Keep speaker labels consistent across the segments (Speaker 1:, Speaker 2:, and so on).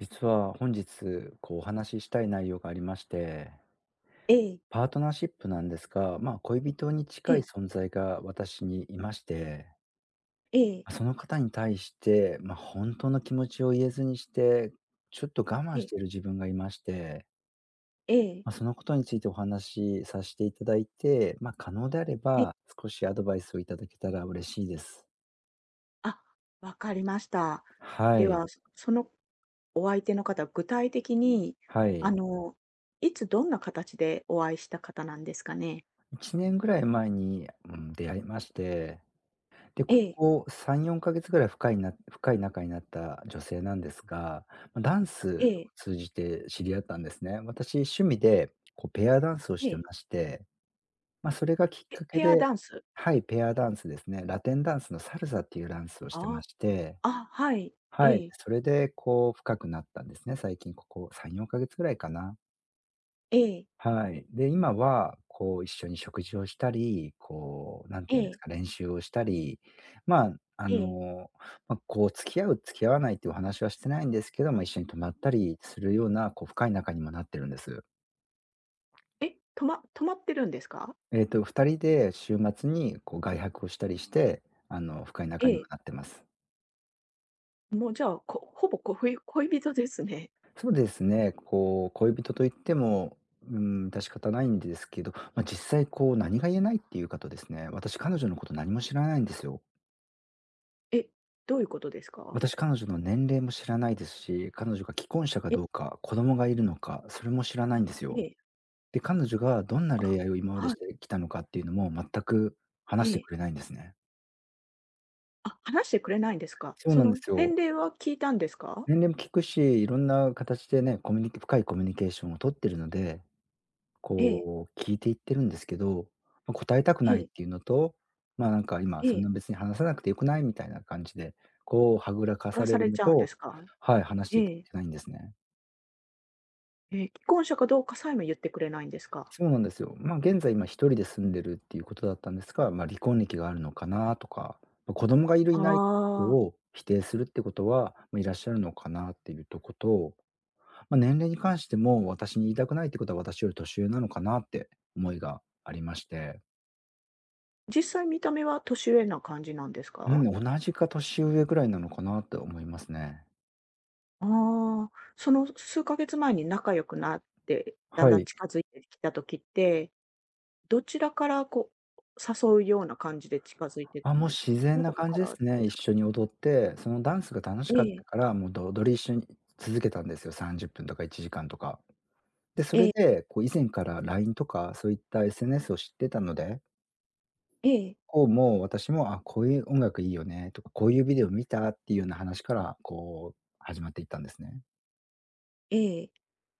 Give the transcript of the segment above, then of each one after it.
Speaker 1: 実は本日、こうお話ししたい内容がありまして、
Speaker 2: ええ、
Speaker 1: パートナーシップなんですが、まあ、恋人に
Speaker 2: え
Speaker 1: 近い
Speaker 2: え、
Speaker 1: 存在が私にいまして、
Speaker 2: ええ、
Speaker 1: ま、その方に対して、まあ、本当の気持ちを言えずにして、ちょっと我
Speaker 2: え
Speaker 1: 慢し
Speaker 2: え、
Speaker 1: ている自分がいまして、
Speaker 2: ええ、
Speaker 1: まあ、そのことについてお話しさせていただいて、まあ、可能であれ
Speaker 2: え、
Speaker 1: ば、少しアドバイスをいただけたら嬉しいです。
Speaker 2: あ、分かりました。
Speaker 1: は
Speaker 2: で
Speaker 1: い、
Speaker 2: は、そのお相手の方、具体的に、
Speaker 1: は
Speaker 2: あ
Speaker 1: い。
Speaker 2: の、いつどんな形でお会いした方なんですかね？
Speaker 1: 1年ぐらい前に、うん、出会いまして、で、
Speaker 2: え
Speaker 1: こ
Speaker 2: え、
Speaker 1: こ3、4ヶ月ぐらい深い仲になった女性なんですが、ま、ダン
Speaker 2: え
Speaker 1: スを
Speaker 2: え、
Speaker 1: 通じて知り合ったんですね。私、趣味でこうペアダンスを
Speaker 2: え
Speaker 1: して
Speaker 2: え、
Speaker 1: まして、ま、それがきっ
Speaker 2: ペ
Speaker 1: かけ
Speaker 2: ペア
Speaker 1: で、
Speaker 2: ダンス。
Speaker 1: はい、ペアダンスですね。ラテンダンスのサルサっていうダンスをしてま
Speaker 2: ああ、
Speaker 1: して、
Speaker 2: あ、はい。
Speaker 1: は
Speaker 2: え
Speaker 1: い、
Speaker 2: え、
Speaker 1: それでこう深くなったんですね、最近ここ3、4ヶ月ぐらいかな。
Speaker 2: ええ、
Speaker 1: はい。で、今は、こう、一緒に食事をしたり、こう、なん
Speaker 2: え
Speaker 1: ていうんです
Speaker 2: え、
Speaker 1: か、練習をしたり、まあ、
Speaker 2: ええ。
Speaker 1: まあ、こう、付き合う、付き合わないっていうお話はしてないんですけども、一緒に泊まったりするような、こう、深い仲にもなってるんです。
Speaker 2: え、止まってるんですか？
Speaker 1: えっと、2人で週末に、こう、外泊をしたりして、あの、深い
Speaker 2: え
Speaker 1: 仲にも
Speaker 2: え、
Speaker 1: なってます。
Speaker 2: もうじゃあ、ほぼ恋人ですね。
Speaker 1: そうですね、こう、恋人といっても、うん、致し方ないんですけど、まあ、実際、こう、何が言えないっていうかとですね、私、彼女のこと何も知らないんですよ。
Speaker 2: え、どういうことですか？
Speaker 1: 私、彼女の年齢も知らないですし、彼女が既婚者か
Speaker 2: え、
Speaker 1: どうか、子供がいるのか、それも知らないんです
Speaker 2: え
Speaker 1: よ。
Speaker 2: え、
Speaker 1: で、彼女がどんな恋愛を今まで
Speaker 2: は
Speaker 1: し
Speaker 2: い、
Speaker 1: てきたのかっていうのも全く
Speaker 2: え
Speaker 1: 話して
Speaker 2: え。
Speaker 1: くれないんですね。
Speaker 2: あ、話してくれないんですか？
Speaker 1: そう
Speaker 2: そ
Speaker 1: なんで
Speaker 2: の
Speaker 1: す
Speaker 2: 年
Speaker 1: よ。
Speaker 2: 齢は聞いたんですか？
Speaker 1: 年齢も聞くし、いろんな形でね、コミュニケ深いコミュニケーションをとってるので、
Speaker 2: ええ、
Speaker 1: こう聞いていってるんですけど、ま、答えたく
Speaker 2: え
Speaker 1: ないっ
Speaker 2: え、
Speaker 1: ていうのと、まあ、なんか今
Speaker 2: え
Speaker 1: そんな
Speaker 2: え。
Speaker 1: 別に話さなくてよくないみたいな感じで、こうはぐらか
Speaker 2: 取
Speaker 1: さ
Speaker 2: ら
Speaker 1: れ
Speaker 2: さ
Speaker 1: る
Speaker 2: れ
Speaker 1: の
Speaker 2: ちゃうんで
Speaker 1: と、
Speaker 2: すか？
Speaker 1: はい、
Speaker 2: え
Speaker 1: 話して
Speaker 2: え
Speaker 1: いた
Speaker 2: え。
Speaker 1: だけないんですね。
Speaker 2: 既婚者かどうかさえも言ってくれないんですか？
Speaker 1: そうなんですよ。まあ、現在、今一人で住んでるっていうことだったんですが、まあ、離婚歴があるのかなとか、まあ、子供がいるい
Speaker 2: あ
Speaker 1: ないってこと
Speaker 2: あ、
Speaker 1: を否定するってことは、まあ、いらっしゃるのかなっていうとこと、まあ、年齢に関しても私に言いたくないってことは私より年上なのかなって思いがありまして、
Speaker 2: 実際見た目は年上な感じなんです
Speaker 1: う
Speaker 2: か？
Speaker 1: ん、同じか年上ぐらいなのかなって思いますね。
Speaker 2: ああ、その数ヶ月前に仲良くなって、だん
Speaker 1: は
Speaker 2: だん
Speaker 1: い。
Speaker 2: 近づいてきた時って、どちらからこう、誘うような感じで近づいてっ
Speaker 1: あ、
Speaker 2: たん
Speaker 1: もう
Speaker 2: ですか？
Speaker 1: 自
Speaker 2: あ
Speaker 1: 然
Speaker 2: なた
Speaker 1: な感
Speaker 2: か
Speaker 1: じで
Speaker 2: ら
Speaker 1: す
Speaker 2: で
Speaker 1: ね。一
Speaker 2: すか？
Speaker 1: 緒に踊って、そのダンスが楽し
Speaker 2: え
Speaker 1: かっ
Speaker 2: え、
Speaker 1: たから、もう踊り一緒に続けたんですよ、30分とか1時間とか。で、そ
Speaker 2: え
Speaker 1: れ
Speaker 2: え、
Speaker 1: で、こう以前から LINE とか、そういった SNS を知ってたので、
Speaker 2: ええ、
Speaker 1: こう、もう私も、あ、こういう音楽いいよねとか、こういうビデオ見たっていうような話から、こう、始まっていったんですね。
Speaker 2: ええ、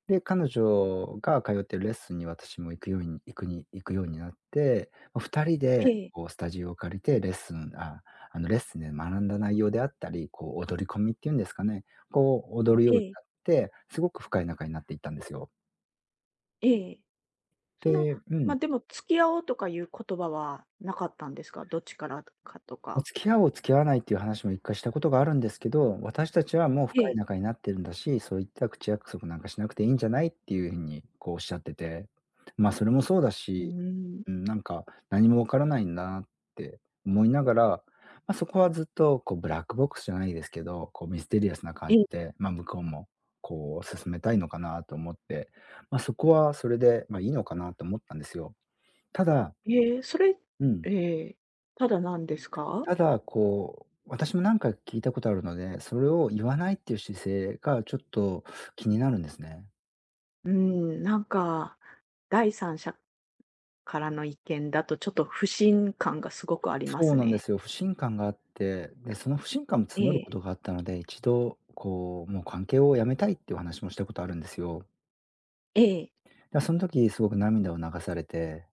Speaker 1: で、彼女が通ってるレッスンに私も行くようになって、ま、2人
Speaker 2: え
Speaker 1: で
Speaker 2: え、
Speaker 1: こうスタジオを借りてレッスン、あ、あのレッスンで学んだ内容であったり、こう踊り込みっていうんですかね、こう踊るように
Speaker 2: え
Speaker 1: なっ
Speaker 2: え、
Speaker 1: て、すごく深い仲になっていったんですよ。
Speaker 2: ええ。その、
Speaker 1: で、う
Speaker 2: ま
Speaker 1: ん。
Speaker 2: あ、でも付き合おうとかいう言葉はなかったんですか？どっちからかとか。
Speaker 1: 付き合おう、付き合わないっていう話も一回したことがあるんですけど、私たちはもう
Speaker 2: え
Speaker 1: 深い
Speaker 2: え。
Speaker 1: 仲になってるんだし、そういった口約束なんかしなくていいんじゃないっていう風にこうおっしゃってて、ま、それもそうだ
Speaker 2: うー
Speaker 1: し、う
Speaker 2: ん。
Speaker 1: ん、なんか何もわからないんだなって思いながら、まあ、そこはずっとこうブラックボックスじゃないですけど、こうミステリアスな感
Speaker 2: ええ。
Speaker 1: じで、まあ、向こうもこう進めたいのかなと思って、まあ、そこはそれで、まあ、いいのかなと思ったんですよ。ただ、
Speaker 2: ええ、
Speaker 1: うん。
Speaker 2: ええ、ただなんですか？
Speaker 1: ただ、こう、私も何回か聞いたことあるので、それを言わないっていう姿勢がちょっと気になるんですね。
Speaker 2: うーん、なんか、第三者からの意見だとちょっと不信感がすごくありま
Speaker 1: そ
Speaker 2: す
Speaker 1: うなんで
Speaker 2: ね。
Speaker 1: すよ。不信感があって、で、その不信感も募
Speaker 2: え
Speaker 1: るこ
Speaker 2: え、
Speaker 1: とがあったので、一度、こう、もう関係をやめたいっていうお話もしたことあるんですよ。
Speaker 2: ええ、
Speaker 1: で、その時すごく涙を流されて、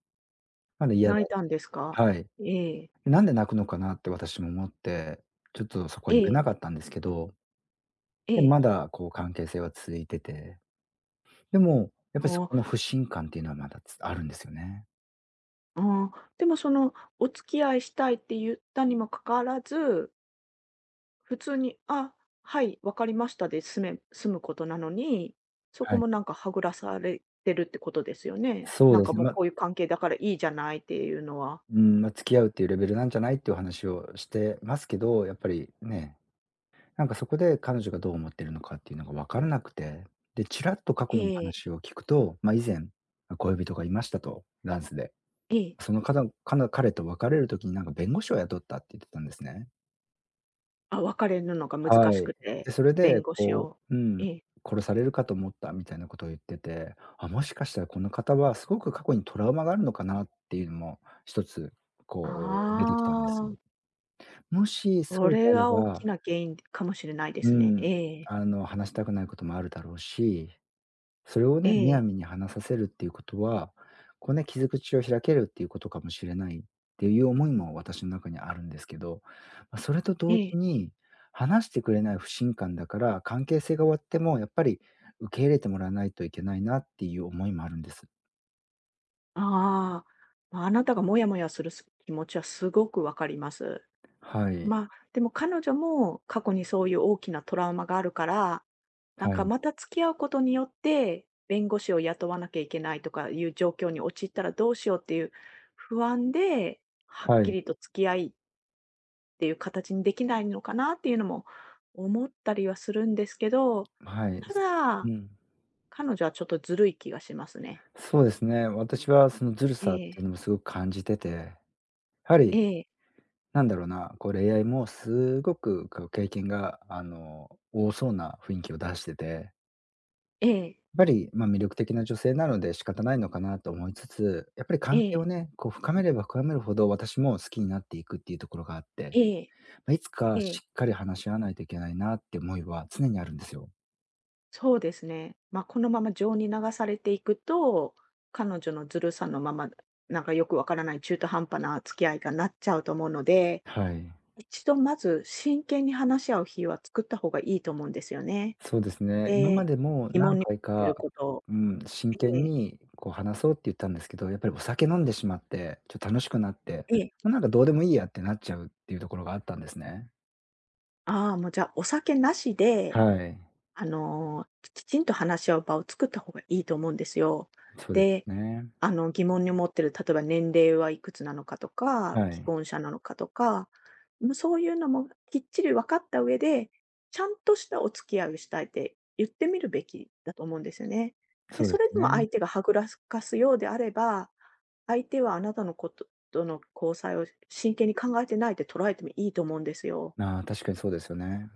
Speaker 1: まだ嫌だ、
Speaker 2: 泣いたんですか？
Speaker 1: はい。
Speaker 2: ええ、
Speaker 1: なんで泣くのかなって私も思って、ちょっとそこは
Speaker 2: え
Speaker 1: 言えな
Speaker 2: え、
Speaker 1: かったんですけど、
Speaker 2: え
Speaker 1: で、ま
Speaker 2: え。
Speaker 1: だこう関係性は続いてて、でも、やっぱりそ
Speaker 2: あ
Speaker 1: この
Speaker 2: あ、
Speaker 1: 不信感っていうのはまだつあるんですよね。
Speaker 2: ああ、でもそのお付き合いしたいって言ったにもかかわらず普通に、あ、はい、わかりましたで済むことなのに、そこ
Speaker 1: はい。
Speaker 2: もなんかはぐらされてるってことですよね。
Speaker 1: そう
Speaker 2: なん
Speaker 1: で
Speaker 2: か
Speaker 1: すね。
Speaker 2: もう
Speaker 1: ま、
Speaker 2: こういう関係だからいいじゃないっていうのは。
Speaker 1: うん、ま、付き合うっていうレベルなんじゃないっていうお話をしてますけど、やっぱりね、なんかそこで彼女がどう思ってるのかっていうのが分からなくて、で、ちらっと過去
Speaker 2: え
Speaker 1: の
Speaker 2: え、
Speaker 1: 話を聞くと、ま、以前、ま、恋人がいましたと、ダンスで。
Speaker 2: ええ。
Speaker 1: そのかたかな彼と別れる時になんか弁護士を雇ったって言ってたんですね。
Speaker 2: あ、別れるのが難
Speaker 1: は
Speaker 2: しく
Speaker 1: い。
Speaker 2: て、
Speaker 1: で、それ
Speaker 2: 弁
Speaker 1: で、
Speaker 2: 護士
Speaker 1: こ
Speaker 2: を。
Speaker 1: う、う
Speaker 2: え
Speaker 1: ん、
Speaker 2: え。
Speaker 1: 殺されるかと思ったみたいなことを言ってて、あ、もしかしたらこの方はすごく過去にトラウマがあるのかなっていうのも一つ、
Speaker 2: あ
Speaker 1: こう出てきたんです。
Speaker 2: あ、
Speaker 1: もし
Speaker 2: こ
Speaker 1: そうで
Speaker 2: れ
Speaker 1: あれ
Speaker 2: が大き
Speaker 1: ば、
Speaker 2: な原因かもしれないで
Speaker 1: う
Speaker 2: すね。
Speaker 1: ん、
Speaker 2: ええ、
Speaker 1: 話したくないこともあるだろうし、それを
Speaker 2: え
Speaker 1: ね、むや
Speaker 2: え、
Speaker 1: みに話させるっていうことは、こうね、傷口を開けるっていうことかもしれないっていう思いも私の中にあるんですけど、ま、それと
Speaker 2: え
Speaker 1: 同時
Speaker 2: え。
Speaker 1: に、話してくれない不信感だから、関係性が終わってもやっぱり受け入れてもらわないといけないなっていう思いもあるんです。
Speaker 2: ああ、ま、あなたがモヤモヤする気持ちはすごくわかります。
Speaker 1: はい。
Speaker 2: まあ、でも彼女も過去にそういう大きなトラウマがあるから、なん
Speaker 1: は
Speaker 2: か
Speaker 1: い。
Speaker 2: また付き合うことによって、弁護士を雇わなきゃいけないとかいう状況に陥ったらどうしようっていう不安で、はっ
Speaker 1: は
Speaker 2: き
Speaker 1: い。
Speaker 2: りと付き合いっていう形にできないのかなっていうのも思ったりはするんですけど、
Speaker 1: はい。
Speaker 2: た
Speaker 1: す、う
Speaker 2: だ、
Speaker 1: ん。
Speaker 2: 彼女はちょっとずるい気がしますね。
Speaker 1: そうですね。私はそのずる
Speaker 2: え
Speaker 1: さってい
Speaker 2: え、
Speaker 1: うのもすごく感じてて、やはり
Speaker 2: ええ、
Speaker 1: なんだろうな、こう恋愛もすごくこう経験が、多そうな雰囲気を出してて、
Speaker 2: ええ、
Speaker 1: やっぱり、ま、魅力的な女性なので仕方ないのかなと思いつつ、やっぱり
Speaker 2: え
Speaker 1: 関係を
Speaker 2: え、
Speaker 1: ね、こう深めれば深めるほど私も好きになっていくっていうところがあっ
Speaker 2: え
Speaker 1: て、
Speaker 2: え、
Speaker 1: ま、いつ
Speaker 2: え
Speaker 1: かし
Speaker 2: え。
Speaker 1: っかり話し合わないといけないなって思いは常にあるんですよ。
Speaker 2: そうですね。まあ、このまま情に流されていくと、彼女のずるさのまま、なんかよくわからない中途半端な付き合いがなっちゃうと思うので、
Speaker 1: はい。
Speaker 2: 一度まず真剣に話し合う日は作った方がいいと思うんですよね。
Speaker 1: そうですね。今ま
Speaker 2: で、
Speaker 1: でも
Speaker 2: 疑問
Speaker 1: 何
Speaker 2: に思
Speaker 1: 回
Speaker 2: って
Speaker 1: か、
Speaker 2: ることを
Speaker 1: うん、真
Speaker 2: え
Speaker 1: 剣
Speaker 2: え、
Speaker 1: にこう話そうって言ったんですけど、やっぱりお酒飲んでしまって、ちょっと楽しくなって、
Speaker 2: ええ、
Speaker 1: もうなんかどうでもいいやってなっちゃうっていうところがあったんですね。
Speaker 2: ああ、もうじゃあお酒なし
Speaker 1: は
Speaker 2: で、
Speaker 1: い、
Speaker 2: きちんと話し合う場を作った方がいいと思うんですよ。
Speaker 1: そうで
Speaker 2: で
Speaker 1: すよね。
Speaker 2: 疑問に思ってる、例えば年齢はいくつなのかと
Speaker 1: は
Speaker 2: か、既
Speaker 1: い、
Speaker 2: 婚者なのかとか、もうそういうのもきっちり分かった上で、ちゃんとしたお付き合いをしたいって言ってみるべきだと思うんですよね。で、
Speaker 1: そうで
Speaker 2: それ
Speaker 1: す
Speaker 2: でも
Speaker 1: ね。
Speaker 2: 相手がはぐらかすようであれば、相手はあなたのこととの交際を真剣に考えてないって捉えてもいいと思うんですよ。
Speaker 1: ああ、確かにそうですよね。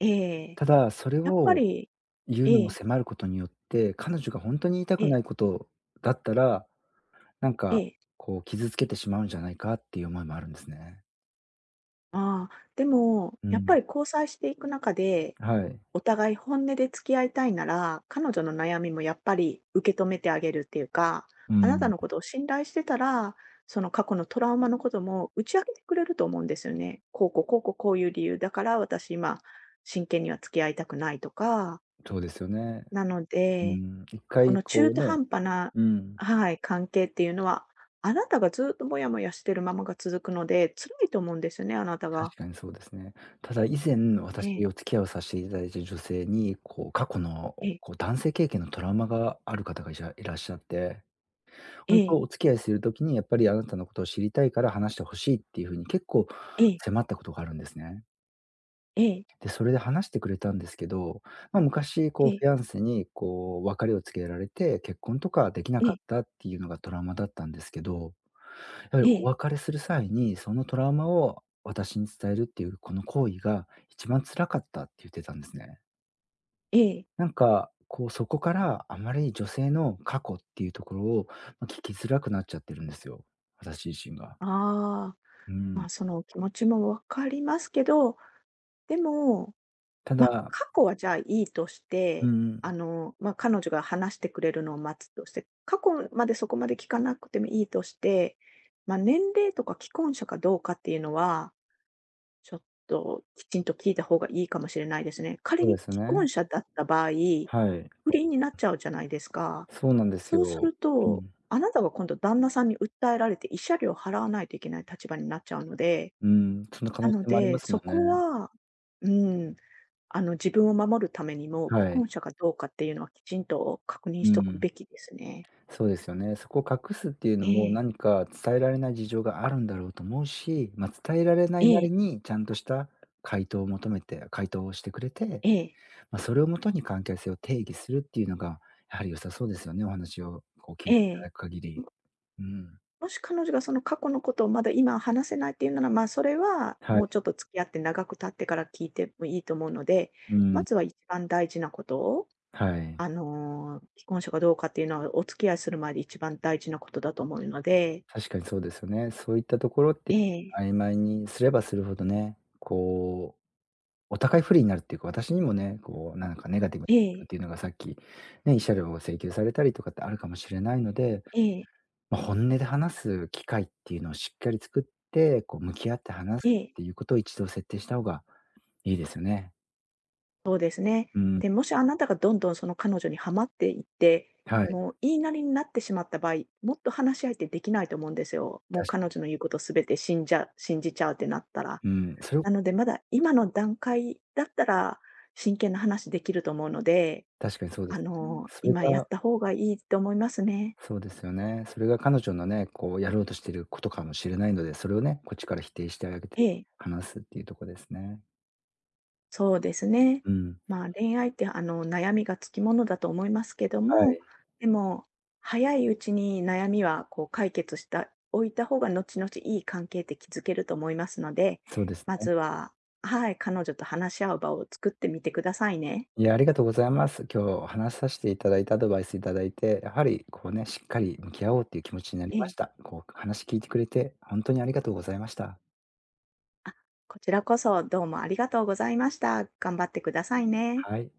Speaker 2: ええ。
Speaker 1: ただ、それ
Speaker 2: やっぱ
Speaker 1: を
Speaker 2: り
Speaker 1: 言う
Speaker 2: え
Speaker 1: のを
Speaker 2: え、
Speaker 1: 迫ることによって、彼女が本当に言いた
Speaker 2: え
Speaker 1: くな
Speaker 2: え、
Speaker 1: いことだったら、なん
Speaker 2: え
Speaker 1: か
Speaker 2: え。
Speaker 1: こう傷つけてしまうんじゃないかっていう思いもあるんですね。
Speaker 2: ああ、でも、
Speaker 1: う
Speaker 2: やっぱ
Speaker 1: ん、
Speaker 2: り交際していく中で
Speaker 1: はい。
Speaker 2: お互い本音で付き合いたいなら、彼女の悩みもやっぱり受け止めてあげるっていうか、
Speaker 1: う
Speaker 2: あなた
Speaker 1: ん、
Speaker 2: のことを信頼してたら、その過去のトラウマのことも打ち明けてくれると思うんですよね。こういう理由だから私今真剣には付き合いたくないとか、
Speaker 1: そうですよね。
Speaker 2: なの
Speaker 1: う
Speaker 2: で、
Speaker 1: ん、一
Speaker 2: こ
Speaker 1: 回
Speaker 2: の中
Speaker 1: こう
Speaker 2: 途
Speaker 1: ね、
Speaker 2: 半端な、
Speaker 1: うん、
Speaker 2: はい、関係っていうのは、あなたがずっともやもやしてるままが続くので、辛いと思うんですよね、あなたが。
Speaker 1: 確かにそうですね。ただ以前、
Speaker 2: え
Speaker 1: 私
Speaker 2: え、
Speaker 1: お付き合いをさせていただいた女性に、こう過去の
Speaker 2: ええ、
Speaker 1: こう男性経験のトラウマがある方がいらっしゃって、
Speaker 2: え
Speaker 1: 本
Speaker 2: え、
Speaker 1: 当お付き合いする時にやっぱりあなたのことを知りたいから話してほしいっていう風に結構
Speaker 2: ええ、
Speaker 1: 迫ったことがあるんですね。
Speaker 2: ええ、
Speaker 1: で、それで話してくれたんですけど、まあ、昔
Speaker 2: え
Speaker 1: こう
Speaker 2: え、
Speaker 1: フィアンセにこう別れを告げられて、結婚とかできな
Speaker 2: え
Speaker 1: か
Speaker 2: え、
Speaker 1: ったっていうのがトラウマだったんですけど、やっぱり
Speaker 2: え
Speaker 1: お
Speaker 2: え。
Speaker 1: 別れする際に、そのトラウマを私に伝えるっていう、この行為が一番辛かったって言ってたんですね。
Speaker 2: ええ。
Speaker 1: なんか、こう、そこからあまり女性の過去っていうところを、ま、聞きづらくなっちゃってるんですよ、私自身が。
Speaker 2: ああ、
Speaker 1: うん。
Speaker 2: ま、その気持ちもわかりますけど、でも、
Speaker 1: た
Speaker 2: ま、
Speaker 1: だ、
Speaker 2: 過去はじゃあいいとし
Speaker 1: う
Speaker 2: て、
Speaker 1: ん、
Speaker 2: ま、彼女が話してくれるのを待つとして、過去までそこまで聞かなくてもいいとして、ま、年齢とか既婚者かどうかっていうのは、ちょっときちんと聞いた方がいいかもしれないですね。仮
Speaker 1: そうで
Speaker 2: に
Speaker 1: す
Speaker 2: 既
Speaker 1: ね。
Speaker 2: 婚者だった場合、
Speaker 1: はい。
Speaker 2: 不倫になっちゃうじゃないですか。
Speaker 1: そうなんです
Speaker 2: そうす
Speaker 1: よ。
Speaker 2: る
Speaker 1: う
Speaker 2: と、
Speaker 1: ん。
Speaker 2: あなたが今度旦那さんに訴えられて、慰謝料を払わないといけない立場になっちゃうので、
Speaker 1: うん、その可
Speaker 2: な
Speaker 1: 能
Speaker 2: の
Speaker 1: 性もありま
Speaker 2: で、
Speaker 1: すも
Speaker 2: そ
Speaker 1: ん
Speaker 2: こ
Speaker 1: ね。
Speaker 2: は、うん、自分を守るためにも、既
Speaker 1: はい。
Speaker 2: 婚者かどうかっていうのはきちんと確認
Speaker 1: う
Speaker 2: しとく
Speaker 1: ん。
Speaker 2: べきですね。
Speaker 1: そうですよね。そこを隠すっていうの
Speaker 2: え
Speaker 1: も、
Speaker 2: え、
Speaker 1: 何か伝えられない事情があるんだろうと思うし、まあ、伝えられな
Speaker 2: え
Speaker 1: いな
Speaker 2: え、
Speaker 1: りに、ちゃんとした回答を求めて回答をしてくれて、
Speaker 2: ええ、
Speaker 1: まあ、それをもとに関係性を定義するっていうのが、やはり良さそうですよね、お話をこう聞い
Speaker 2: え
Speaker 1: ていただく
Speaker 2: え。
Speaker 1: 限り。うん。
Speaker 2: もし彼女がその過去のことをまだ今話せないっていうなら、まあ、それは
Speaker 1: は
Speaker 2: も
Speaker 1: い。
Speaker 2: うちょっと付き合って長く経ってから聞いてもいいと思うので、
Speaker 1: う
Speaker 2: ま
Speaker 1: ん。
Speaker 2: ずは一番大事なことを、
Speaker 1: はい。
Speaker 2: 既婚者かどうかっていうのはお付き合いする前で一番大事なことだと思うので、
Speaker 1: 確かにそうですよね。そういったところって、
Speaker 2: ええ、
Speaker 1: 曖昧にすればするほどね、こうお互い不利になるっていうか、私にもね、こうなんかネガティブ
Speaker 2: え
Speaker 1: っ
Speaker 2: え、
Speaker 1: ていうのがさっき、ね、慰謝料を請求されたりとかってあるかもしれないので、
Speaker 2: ええ、
Speaker 1: まあ、本音で話す機会っていうのをしっかり作って、こう向き合って話す
Speaker 2: え
Speaker 1: っ
Speaker 2: え、
Speaker 1: ていうことを一度設定した方がいいですよね。
Speaker 2: そうですね。
Speaker 1: うん、
Speaker 2: で、もしあなたがどんどんその彼女にはまっていって、
Speaker 1: はい、
Speaker 2: もう言いなりになってしまった場合、もっと話し合いってできないと思うんですよ。もう
Speaker 1: 確か
Speaker 2: 彼女
Speaker 1: に。
Speaker 2: の言うことすべて信じちゃうってなったら。
Speaker 1: うん、それを
Speaker 2: なので、まだ今の段階だったら、真剣な話できると思うので、
Speaker 1: 確かにそうですね。それ
Speaker 2: 今や
Speaker 1: が、
Speaker 2: った方がいいと思いますね。
Speaker 1: そうですよね。それが彼女のね、こうやろうとしてることかもしれないので、それをね、こっちから否定してあげ
Speaker 2: え
Speaker 1: て
Speaker 2: え、
Speaker 1: 話すっていうとこですね。
Speaker 2: そうですね。
Speaker 1: うん、
Speaker 2: まあ、恋愛って、悩みがつきものだと思いますけど
Speaker 1: は
Speaker 2: も、
Speaker 1: い、
Speaker 2: でも、早いうちに悩みは、こう、解決したおいた方が、後々いい関係って築けると思いますので、
Speaker 1: そうです
Speaker 2: まず
Speaker 1: ね。
Speaker 2: ははい、彼女と話し合う場を作ってみてくださいね。
Speaker 1: いや、ありがとうございます。今日話させていただいたアドバイスいただいて、やはりこうね、しっかり向き合おうっていう気持ちになり
Speaker 2: え
Speaker 1: まし
Speaker 2: え。
Speaker 1: た。こう話聞いてくれて、本当にありがとうございました。
Speaker 2: あ、こちらこそどうもありがとうございました。頑張ってくださいね。
Speaker 1: はい。